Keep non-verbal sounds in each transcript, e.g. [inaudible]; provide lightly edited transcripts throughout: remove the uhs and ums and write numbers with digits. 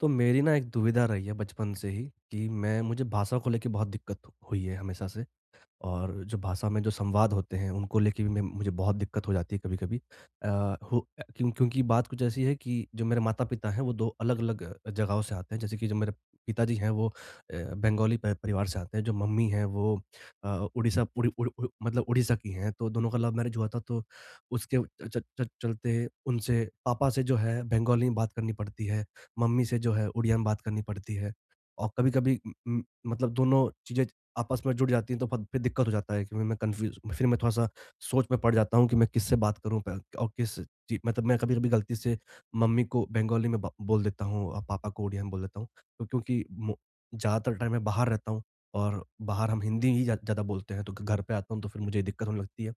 तो मेरी ना एक दुविधा रही है बचपन से ही कि मैं मुझे भाषा को लेके बहुत दिक्कत हुई है हमेशा से। और जो भाषा में जो संवाद होते हैं, उनको लेके भी मैं मुझे बहुत दिक्कत हो जाती है कभी-कभी। अ, हो अ, क्यों क्योंकि बात कुछ ऐसी है कि जो मेरे माता-पिता हैं, वो 2 अलग-अलग जगहों से आते हैं। जैसे कि जो मेरे पिताजी हैं, वो बंगाली प परिवार से आते हैं। जो मम्मी हैं, वो अ, उड़ीसा उड़ी उड़ उड़ मतलब उड़ीसा की हैं। तो दोनों का लव मैरिज हुआ था, तो उसके च च च, चलते उनसे पापा से जो है बंगाली में बात करनी पड़ती है, मम्मी से जो है उड़िया में बात करनी पड़ती है। और कभी-कभी मतलब दोनों चीज़ें आपस में जुड़ जाती हैं तो फ़िर दिक्कत हो जाता है कि मैं कन्फ्यूज़ फ़िर मैं थोड़ा-सा सोच में पड़ जाता हूँ कि मैं किससे बात करूँ प और किस जी, मतलब मैं कभी-कभी गलती से मम्मी को बंगाली में ब बोल देता हूँ और पापा को उड़िया में बोल देता हूँ। तो क्योंकि मो ज़्यादातर टाइम मैं बाहर रहता हूँ और बाहर हम हिंदी ही ज़्यादा बोलते हैं तो घ घर पे आता हूँ तो फ़िर मुझे दिक्कत होने लगती है।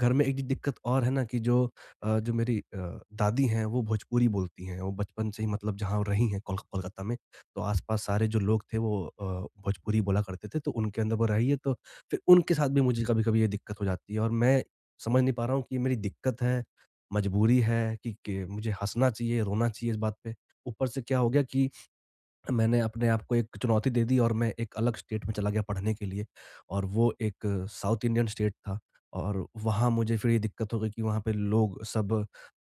घर में एक दिक्कत और है ना कि जो जो मेरी दादी हैं वो भोजपुरी बोलती हैं, वो बचपन से ही मतलब जहाँ रही हैं कोलकाता में, तो आस-पास सारे जो लोग थे वो भोजपुरी बोला करते थे तो उनके अंदर वो रही है तो फिर उनके साथ भी मुझे कभी-कभी ये दिक्कत हो जाती है और मैं समझ नहीं पा रहा हूँ कि ये मेरी दिक्कत है, मजबूरी है कि मुझे हँसना चाहिए, रोना चाहिए इस बात पे। ऊपर से क्या हो गया कि मैंने अपने आप को एक चुनौती दे दी और मैं एक अलग स्टेट में चला गया पढ़ने के लिए और वो एक साउथ इंडियन स्टेट था और वहाँ मुझे फिर ये दिक्कत हो गई कि वहाँ पे लोग सब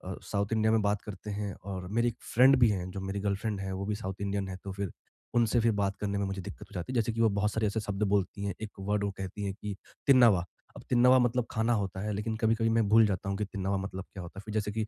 साउथ इंडिया में बात करते हैं और मेरी एक फ्रेंड भी हैं जो मेरी गर्लफ्रेंड है वो भी साउथ इंडियन है तो फिर उनसे फिर बात करने में मुझे दिक्कत हो जाती है जैसे कि वो बहुत सारे ऐसे शब्द बोलती हैं एक वर्ड वो कहती हैं कि तिन्नावा। अब तिन्नावा मतलब खाना होता है लेकिन कभी कभी मैं भूल जाता हूँ कि तिन्नावा मतलब क्या होता है फिर जैसे कि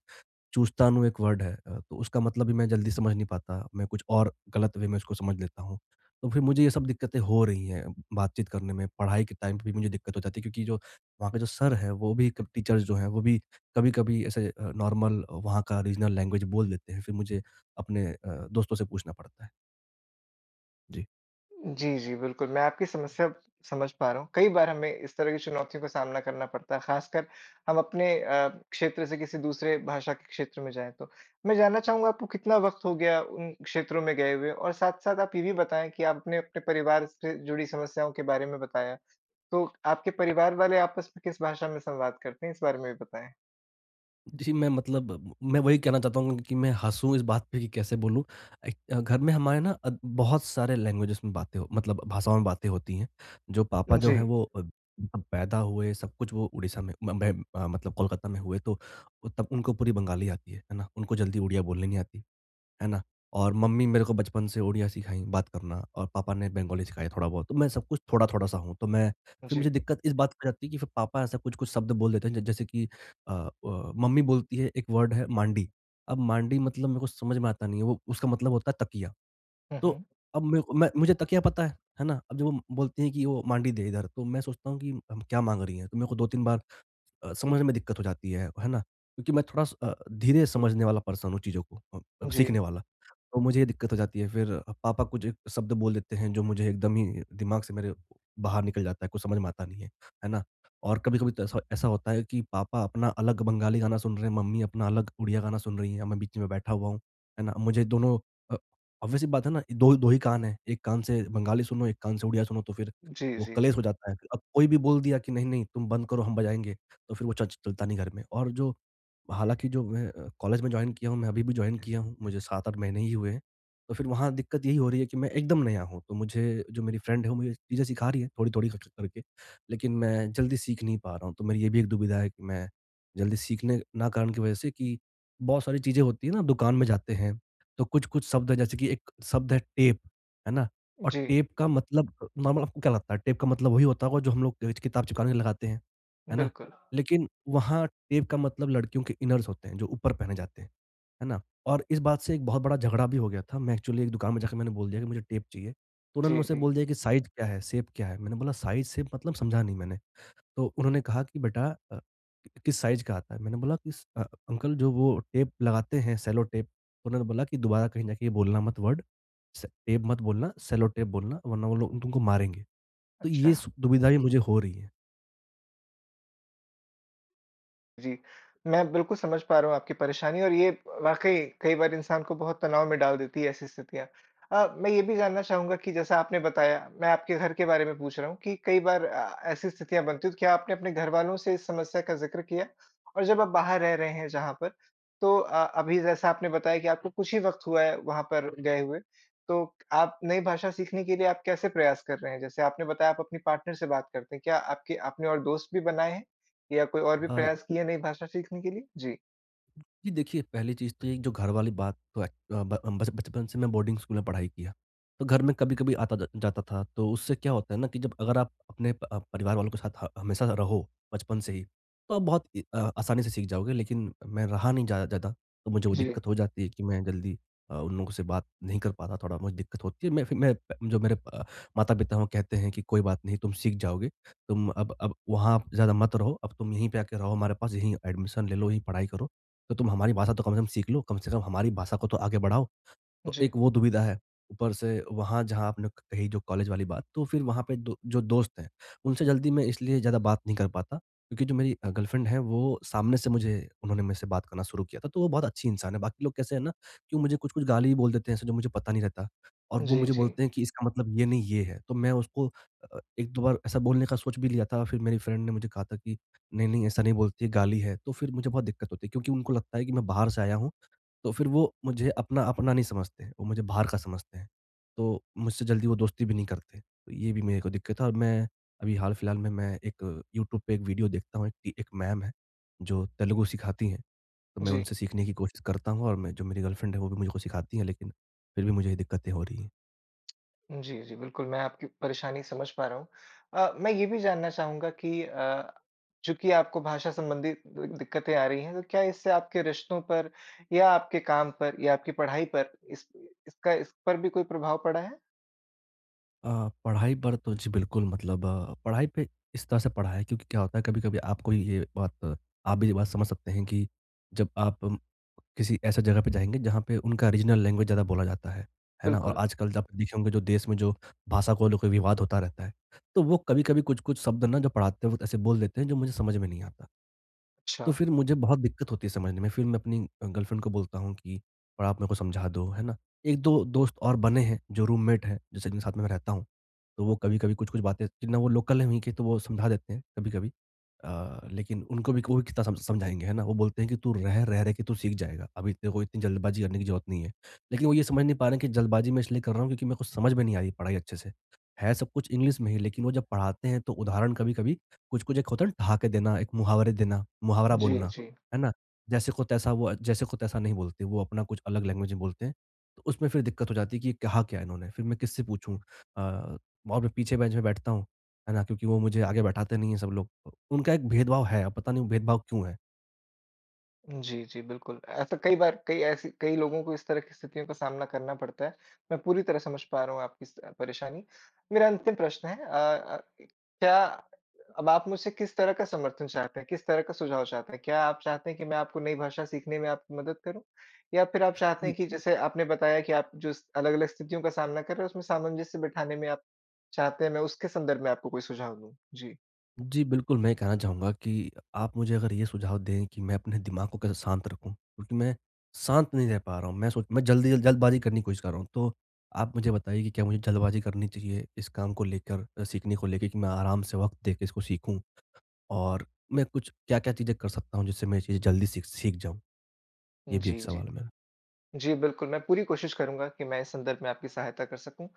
चूस्तानु एक वर्ड है, तो उसका मतलब भी मैं जल्दी समझ नहीं पाता, मैं कुछ और गलत वे में उसको समझ लेता हूँ। तो फिर मुझे ये सब दिक्कतें हो रही हैं बातचीत करने में, पढ़ाई के टाइम पे भी मुझे दिक्कत हो जाती है क्योंकि जो वहाँ के जो सर हैं, वो भी कब टीचर्स जो हैं, वो भी कभी-कभी ऐसे नॉर्मल वहाँ का रीजनल लैंग्वेज बोल देते हैं, फिर मुझे अपने दोस्तों से पूछना पड़ता है। जी। जी, जी, बिल्कुल, मैं आपकी समस्या समझ पा रहा हूँ। कई बार हमें इस तरह की चुनौतियों का सामना करना पड़ता है, ख़ासकर हम अपने क्षेत्र से किसी दूसरे भाषा के क्षेत्र में जाएँ तो। मैं जानना चाहूँगा, आपको कितना वक़्त हो गया उन क्षेत्रों में गए हुए? और साथ-साथ आप ये भी बताएँ कि आपने अपने परिवार से जुड़ी समस्याओं के बारे में बताया, तो आपके परिवार वाले आपस में किस भाषा में संवाद करते हैं, इस बारे में भी बताएँ? जी, मैं मतलब मैं वही कहना चाहता हूँ कि मैं हँसूँ इस बात पे कि कैसे बोलूँ। एक घर में हमारे ना बहुत सारे लैंग्वेजेज़ में बातें हो मतलब भाषाओं में बातें होती हैं। जो पापा जो जी, हैं [laughs] वो तब पैदा हुए, सब कुछ वो उड़ीसा में मतलब कोलकाता में हुए तो तब उनको पूरी बंगाली आती है ना? उनको जल्दी उड़िया बोलनी नहीं आती, है ना? और मम्मी मेरे को बचपन से उड़िया सिखाई बात करना और पापा ने बंगाली सिखाया थोड़ा बहुत। तो मैं सब कुछ थोड़ा-थोड़ा सा हूँ। तो मैं फिर जी। मुझे दिक्कत इस बात की हो जाती है कि फिर पापा ऐसा कुछ-कुछ शब्द बोल देते हैं ज जैसे कि अ मम्मी बोलती है एक वर्ड है मांडी। अब मांडी मतलब मेरे को समझ में आता नहीं है, वो उसका मतलब होता है तकिया। हुँ, तो हुँ। अब मेरे को मैं मुझे तकिया पता है ना? अब जब वो बोलती हैं कि वो मांडी दे इधर, तो मैं सोचता हूँ कि हम क्या माँग रही हैं? तो मेरे को 2-3 बार समझने में दिक्कत हो जाती है ना? क्योंकि मैं धीरे समझने वाला पर्सन हूँ चीज़ों को जी, सीखने वाला। तो मुझे ये दिक्कत हो जाती है फिर पापा कुछ एक शब्द बोल देते हैं जो मुझे एकदम ही दिमाग से मेरे बाहर निकल जाता है, कुछ समझ में आता नहीं है, है ना? और कभी-कभी तो ऐसा ऐसा होता है कि पापा अपना अलग बंगाली गाना सुन रहे हैं, मम्मी अपना अलग उड़िया गाना सुन रही हैं, मैं बीच में बैठा हुआ हूँ, है ना? मुझे दोनों अ, ऑब्वियस सी बात है ना, दो दो ही कान हैं, एक कान से बंगाली सुनो, एक कान से उड़िया सुनो तो फिर जी, वो जी, कलेश जी। हो जाता है। अब कोई भी बोल दिया कि नहीं-नहीं तुम बंद करो हम बजाएँगे। तो फिर वो च चलता नहीं घर में। और जो हालाँकि जो मैं कॉलेज में जॉइन किया हूँ, मैं अभी भी जॉइन किया हूँ, मुझे 7-8 महीने ही हुए हैं। तो फिर वहाँ दिक्कत यही हो रही है कि मैं एकदम नया हूँ, तो मुझे जो मेरी फ्रेंड है, वो मुझे चीज़ें सिखा रही है थोड़ी-थोड़ी कर करके, करके, लेकिन मैं जल्दी सीख नहीं पा रहा हूँ। तो मेरी ये भी एक दुविधा है कि मैं जल्दी सीखने ना कारण की वजह से कि बहुत सारी चीज़ें होती हैं ना, दुकान में जाते हैं, तो कुछ-कुछ शब्द हैं, जैसे कि एक शब्द है टेप, है ना? और जी, टेप का मतलब नॉर्मल आपको क्या लगता है? टेप का मतलब वही होता होगा जो हम लोग किताब चिपकाने के लिए लगाते हैं, है ना? बिल्कुल। लेकिन वहाँ टेप का मतलब लड़कियों के इनर्स होते हैं, जो ऊपर पहने जाते हैं, है ना? और इस बात से एक बहुत बड़ा झगड़ा भी हो गया था। मैं एक्चुअली एक दुकान में जाके मैंने बोल दिया कि मुझे टेप चाहिए। तो उन्होंने जी, मुझसे जी। बोल दिया कि साइज़ क्या है, शेप क्या है? मैंने बोला साइज़ शेप मतलब समझा नहीं मैंने। तो उन्होंने कहा कि बेटा अ, किस साइज़ का आता है? मैंने बोला कि अंकल जो वो टेप लगाते हैं सेलो टेप। तो उन्होंने बोला कि दोबारा कहीं जाके ये बोलना मत वर्ड, स टेप मत बोलना, सेलो टेप बोलना वरना वो लोग तुमको मारेंगे। तो अच्छा। ये सु दुविधा भी मुझे हो रही है। जी, मैं बिल्कुल समझ पा रहा हूँ आपकी परेशानी, और ये वाक़ई कई बार इंसान को बहुत तनाव में डाल देती है, ऐसी स्थितियाँ। मैं ये भी जानना चाहूँगा कि जैसा आपने बताया, मैं आपके घर के बारे में पूछ रहा हूँ कि कई बार ऐसी स्थितियाँ बनती हैं, तो क्या आपने अपने घरवालों से इस समस्या का ज़िक्र किया? और जब आप बाहर रह रहे हैं जहाँ पर, तो अभी जैसा आपने बताया कि आपको कुछ ही वक़्त हुआ है वहाँ पर गए हुए, तो आप नई भाषा सीखने के लिए आप कैसे प्रयास कर रहे हैं? जैसे आपने बताया आप अपनी पार्टनर से बात करते हैं, क्या आपके आपने और दोस्त भी बनाए हैं? या कोई और भी अ प्रयास किए नई भाषा सीखने के लिए? जी, जी देखिए, पहली चीज़ तो ये जो घर वाली बात तो एक अ, ब अ, बच बचपन से मैं बोर्डिंग स्कूल में पढ़ाई किया। तो घर में कभी-कभी आता ज जाता था, तो उससे क्या होता है ना कि जब अगर आप अपने परिवार वालों के साथ ह हमेशा रहो बचपन से ही, तो आप बहुत आसानी से सीख जाओगे। लेकिन मैं रहा नहीं ज़्यादा ज़्यादा, तो मुझे वो जी। दिक्कत हो जाती है कि मैं जल्दी उन लोगों से बात नहीं कर पाता, थोड़ा मुझे दिक्कत होती है। मैं फिर मैं जो मेरे माता-पिता हैं वो कहते हैं कि कोई बात नहीं तुम सीख जाओगे, तुम अब वहाँ ज़्यादा मत रहो, अब तुम यहीं पे आके रहो हमारे पास, यहीं एडमिशन ले लो, यहीं पढ़ाई करो। तो तुम हमारी भाषा तो कम से कम सीख लो, कम से कम हमारी भाषा को तो आगे बढ़ाओ। तो जी, एक वो दुविधा है। ऊपर से वहाँ जहाँ आपने क कही जो कॉलेज वाली बात, तो फिर वहाँ पे दो जो दोस्त हैं, उनसे जल्दी मैं इसलिए ज़्यादा बात नहीं कर पाता, क्योंकि जो मेरी गर्लफ्रेंड है वो सामने से मुझे उन्होंने मेरे से बात करना शुरू किया था, तो वो बहुत अच्छी इंसान है। बाकी लोग कैसे हैं ना कि वो मुझे कुछ-कुछ गाली भी बोल देते हैं ऐसे जो मुझे पता नहीं रहता और जी, वो जी, मुझे जी, बोलते हैं कि इसका मतलब ये नहीं ये है, तो मैं उसको 1-2 बार ऐसा बोलने का सोच भी लिया था, फिर मेरी फ्रेंड ने मुझे कहा था कि नहीं, नहीं ऐसा नहीं बोलती है, गाली है। तो फिर मुझे बहुत दिक्कत होती है क्योंकि उनको लगता है कि मैं बाहर से आया हूँ तो फिर वो मुझे अपना अपना नहीं समझते हैं, वो मुझे बाहर का समझते हैं। तो मुझसे जल्दी वो दोस्ती भी नहीं करते। तो ये भी मेरे को दिक्कत है और मैं अभी हाल-फिलहाल में मैं एक यूट्यूब पे एक वीडियो देखता हूँ, एक एक मैम हैं, जो तेलुगु सिखाती हैं। तो मैं जी, उनसे सीखने की कोशिश करता हूँ और मैं जो मेरी गर्लफ्रेंड है, वो भी मुझको सिखाती है, लेकिन फिर भी मुझे ये दिक्कतें हो रही हैं। जी, जी, बिल्कुल, मैं आपकी परेशानी समझ पा रहा हूँ। मैं ये भी जानना चाहूँगा कि चूँकि आपको भाषा संबंधी दि दिक्कतें आ रही हैं, तो क्या इससे आपके रिश्तों पर या आपके काम पर या आपकी पढ़ाई पर इस पर भी कोई प्रभाव पड़ा है? पढ़ाई पर तो जी बिल्कुल मतलब पढ़ाई पे इस तरह से पढ़ा है क्योंकि क्या होता है कभी-कभी आपको ये बात आप भी ये बात समझ सकते हैं कि जब आप किसी ऐसा जगह पे जाएँगे जहाँ पे उनका रीजनल लैंग्वेज ज़्यादा बोला जाता है ना? और बिल्कुल, आजकल आप देखे होंगे जो देश में जो भाषा को लेकर विवाद होता रहता है, तो वो कभी-कभी कुछ-कुछ शब्द ना जो पढ़ाते वक़्त ऐसे बोल देते हैं जो मुझे समझ में नहीं आता। अच्छा। तो फिर मुझे बहुत दिक्कत होती है समझने में। फिर मैं अपनी गर्लफ्रेंड को बोलता हूँ कि थोड़ा आप मेरे को समझा दो, है ना? 1-2 दोस्त और बने हैं जो रूममेट हैं, जैसे जिनके साथ में मैं रहता हूँ। तो वो कभी-कभी कुछ-कुछ बातें जितना वो लोकल हैं वहीं के तो वो समझा देते हैं कभी-कभी। लेकिन उनको भी वो भी कितना सम समझाएँगे, है ना? वो बोलते हैं कि तू रह, रह, रह के तू सीख जाएगा। अभी तेरे को इतनी जल्दबाज़ी करने की ज़रूरत नहीं है। लेकिन वो ये समझ नहीं पा रहे हैं कि जल्दबाज़ी मैं इसलिए कर रहा हूँ क्योंकि मेरे को समझ में नहीं आ रही पढ़ाई अच्छे से। है सब कुछ इंग्लिश में ही लेकिन वो जब पढ़ाते हैं तो उदाहरण कभी-कभी कुछ-कुछ एक होता है ना ठहाके देना, एक मुहावरे देना, मुहावरा जी, बोलना, जी। है ना? जैसे को तैसा वो जैसे को तैसा नहीं बोलते, वो अपना कुछ अलग लैंग्वेज में बोलते हैं। तो उसमें फिर दिक्कत हो जाती है कि ये कहा क्या है इन्होंने? फिर मैं किससे पूछूँ? अ, और मैं पीछे बेंच में बैठता हूँ, है ना? क्योंकि वो मुझे आगे बैठाते नहीं हैं सब लोग। तो उनका एक भेदभाव है, अब पता नहीं वो भेदभाव क्यों है? जी, जी, बिल्कुल। ऐसा कई बार कई लोगों को इस तरह की स्थितियों का सामना करना पड़ता है। मैं पूरी तरह समझ पा रहा हूँ आपकी स परेशानी। मेरा अंतिम प्रश्न है, क्या अब आप मुझसे किस तरह का समर्थन चाहते हैं? किस तरह का सुझाव चाहते हैं? क्या आप चाहते हैं कि मैं आपको नई भाषा सीखने में आपकी मदद करूँ? या फिर आप चाहते हैं कि जैसे आपने बताया कि आप जो स अलग-अलग स्थितियों का सामना कर रहे हैं, उसमें सामंजस्य बिठाने में आप चाहते हैं मैं उसके संदर्भ में आपको कोई सुझाव दूँ? जी। जी, बिल्कुल, मैं ये कहना चाहूँगा कि आप मुझे अगर ये सुझाव दें कि मैं अपने दिमाग को कैसे शांत रखूँ, क्योंकि मैं शांत नहीं रह पा रहा हूँ। मैं सोच मैं जल्दी जल जल्दबाज़ी करने की कोशिश कर रहा हूँ। तो आप मुझे बताइए कि क्या मुझे जल्दबाज़ी करनी चाहिए इस काम को लेकर सीखने को लेके कि मैं आराम से वक़्त देके इसको सीखूँ? और मैं कुछ क्या-क्या चीज़ें कर सकता हूँ जिससे मैं ये चीज़ें जल्दी सीख सीख जाऊँ? ये भी एक जी, जी। सवाल है मेरा। जी, बिल्कुल, मैं पूरी कोशिश करूँगा कि मैं इस संदर्भ में आपकी सहायता कर सकूँ।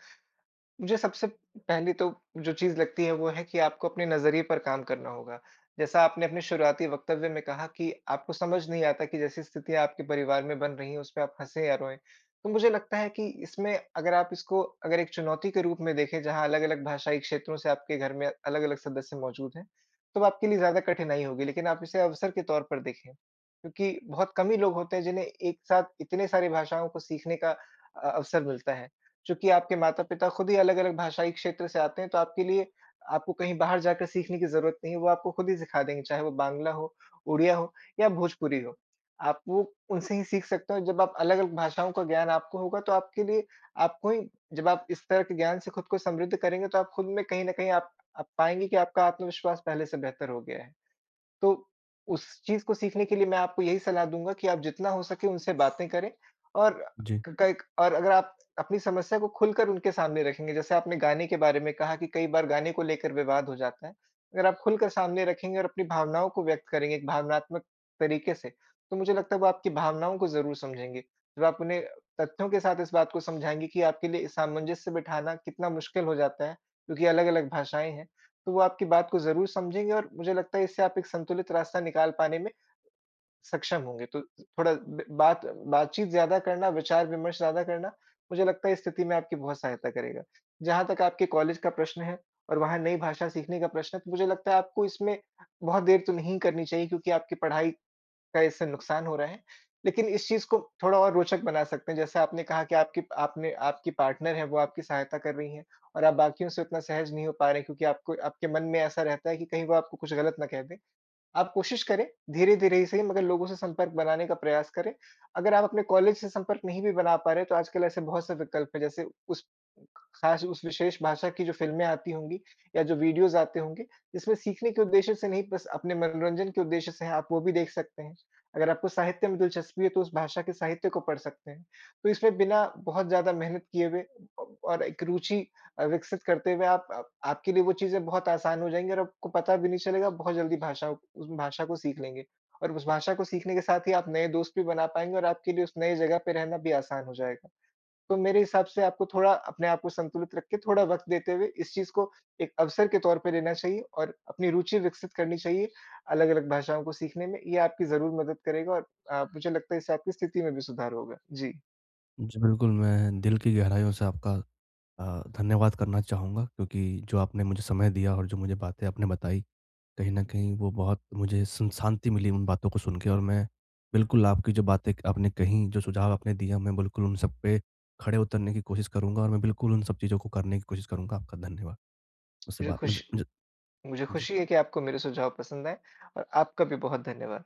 मुझे सबसे पहली तो जो चीज़ लगती है वो है कि आपको अपने नज़रिए पर काम करना होगा। जैसा आपने अपने शुरुआती वक्तव्य में कहा कि आपको समझ नहीं आता कि जैसी स्थितियाँ आपके परिवार में बन रही हैं, उसपे आप हँसे या रोएँ। तो मुझे लगता है कि इसमें अगर आप इसको अगर एक चुनौती के रूप में देखें, जहाँ अलग-अलग भाषाई क्षेत्रों से आपके घर में अलग-अलग सदस्य मौजूद हैं, तो आपके लिए ज़्यादा कठिनाई होगी। लेकिन आप इसे अवसर के तौर पर देखें, क्योंकि बहुत कम ही लोग होते हैं जिन्हें एक साथ इतने सारी भाषाओं को सीखने का अवसर मिलता है। चूँकि आपके माता-पिता खुद ही अलग-अलग भाषाई क्षेत्र से आते हैं, तो आपके लिए आपको कहीं बाहर जाकर सीखने की ज़रूरत नहीं है, वो आपको खुद ही सिखा देंगे, चाहे वो बांग्ला हो, उड़िया हो या भोजपुरी हो। आप वो उनसे ही सीख सकते हो। जब आप अलग-अलग भाषाओं का ज्ञान आपको होगा, तो आपके लिए आपको ही, जब आप इस तरह के ज्ञान से खुद को समृद्ध करेंगे, तो आप खुद में कहीं न कहीं आप पाएँगे कि आपका आत्मविश्वास पहले से बेहतर हो गया है। तो उस चीज़ को सीखने के लिए मैं आपको यही सलाह दूँगा कि आप जितना हो सके उनसे बातें करें, और जी। क क और अगर आप अपनी समस्या को खुलकर उनके सामने रखेंगे, जैसे आपने गाने के बारे में कहा कि कई बार गाने को लेकर विवाद हो जाता है। अगर आप खुलकर सामने रखेंगे और अपनी भावनाओं को व्यक्त करेंगे एक भावनात्मक तरीके से, तो मुझे लगता है वो आपकी भावनाओं को ज़रूर समझेंगे। जब आप उन्हें तथ्यों के साथ इस बात को समझाएँगे कि आपके लिए सामंजस्य बिठाना कितना मुश्किल हो जाता है, क्योंकि अलग-अलग भाषाएँ हैं, तो वो आपकी बात को ज़रूर समझेंगे। और मुझे लगता है इससे आप एक संतुलित रास्ता निकाल पाने में सक्षम होंगे। तो थोड़ा ब बात बातचीत ज़्यादा करना, विचार-विमर्श ज़्यादा करना, मुझे लगता है इस स्थिति में आपकी बहुत सहायता करेगा। जहाँ तक आपके कॉलेज का प्रश्न है और वहाँ नई भाषा सीखने का प्रश्न है, तो मुझे लगता है आपको इसमें बहुत देर तो नहीं करनी चाहिए, क्योंकि आपकी पढ़ाई का इससे नुकसान हो रहा है। लेकिन इस चीज़ को थोड़ा और रोचक बना सकते हैं। जैसे आपने कहा कि आपकी आपने आपकी पार्टनर है, वो आपकी सहायता कर रही हैं, और आप बाकियों से उतना सहज नहीं हो पा रहे हैं, क्योंकि आपको आपके मन में ऐसा रहता है कि कहीं वो आपको कुछ गलत ना कह दें। आप कोशिश करें, धीरे-धीरे ही सही, मगर लोगों से संपर्क बनाने का प्रयास करें। अगर आप अपने कॉलेज से संपर्क नहीं भी बना पा रहे, तो आजकल ऐसे बहुत से विकल्प हैं, जैसे उस खास उस विशेष भाषा की जो फ़िल्में आती होंगी या जो वीडियोज़ आते होंगे, इसमें सीखने के उद्देश्य से नहीं, बस अपने मनोरंजन के उद्देश्य से हैं, आप वो भी देख सकते हैं। अगर आपको साहित्य में दिलचस्पी है, तो उस भाषा के साहित्य को पढ़ सकते हैं। तो इसमें बिना बहुत ज़्यादा मेहनत किए हुए, और एक रुचि विकसित करते हुए, आप आपके लिए वो चीज़ें बहुत आसान हो जाएँगी और आपको पता भी नहीं चलेगा, बहुत जल्दी भाषा उस भाषा को सीख लेंगे। और उस भाषा को सीखने के साथ ही आप नए दोस्त भी बना पाएँगे और आपके लिए उस नई जगह पे रहना भी आसान हो जाएगा। तो मेरे हिसाब से आपको थोड़ा अपने आप को संतुलित रख के, थोड़ा वक़्त देते हुए, इस चीज़ को एक अवसर के तौर पे लेना चाहिए और अपनी रुचि विकसित करनी चाहिए अलग-अलग भाषाओं को सीखने में। ये आपकी ज़रूर मदद करेगा और मुझे लगता है इससे आपकी स्थिति में भी सुधार होगा। जी, जी, बिल्कुल, मैं दिल की गहराइयों से आपका धन्यवाद करना चाहूँगा क्योंकि जो आपने मुझे समय दिया और जो मुझे बातें आपने बताई कहीं न कहीं वो बहुत मुझे सुन शांति मिली उन बातों को सुन के और मैं बिल्कुल आपकी जो बातें आपने कहीं, जो सुझाव आपने दिया मैं बिल्कुल उन सब पे खड़े उतरने की कोशिश करूँगा और मैं बिल्कुल उन सब चीज़ों को करने की कोशिश करूँगा। आपका धन्यवाद मुझसे मुझे बात खुश मुझे मुझे मुझे जी। खुशी है कि आपको मेरे सुझाव पसंद आए और आपका भी बहुत धन्यवाद।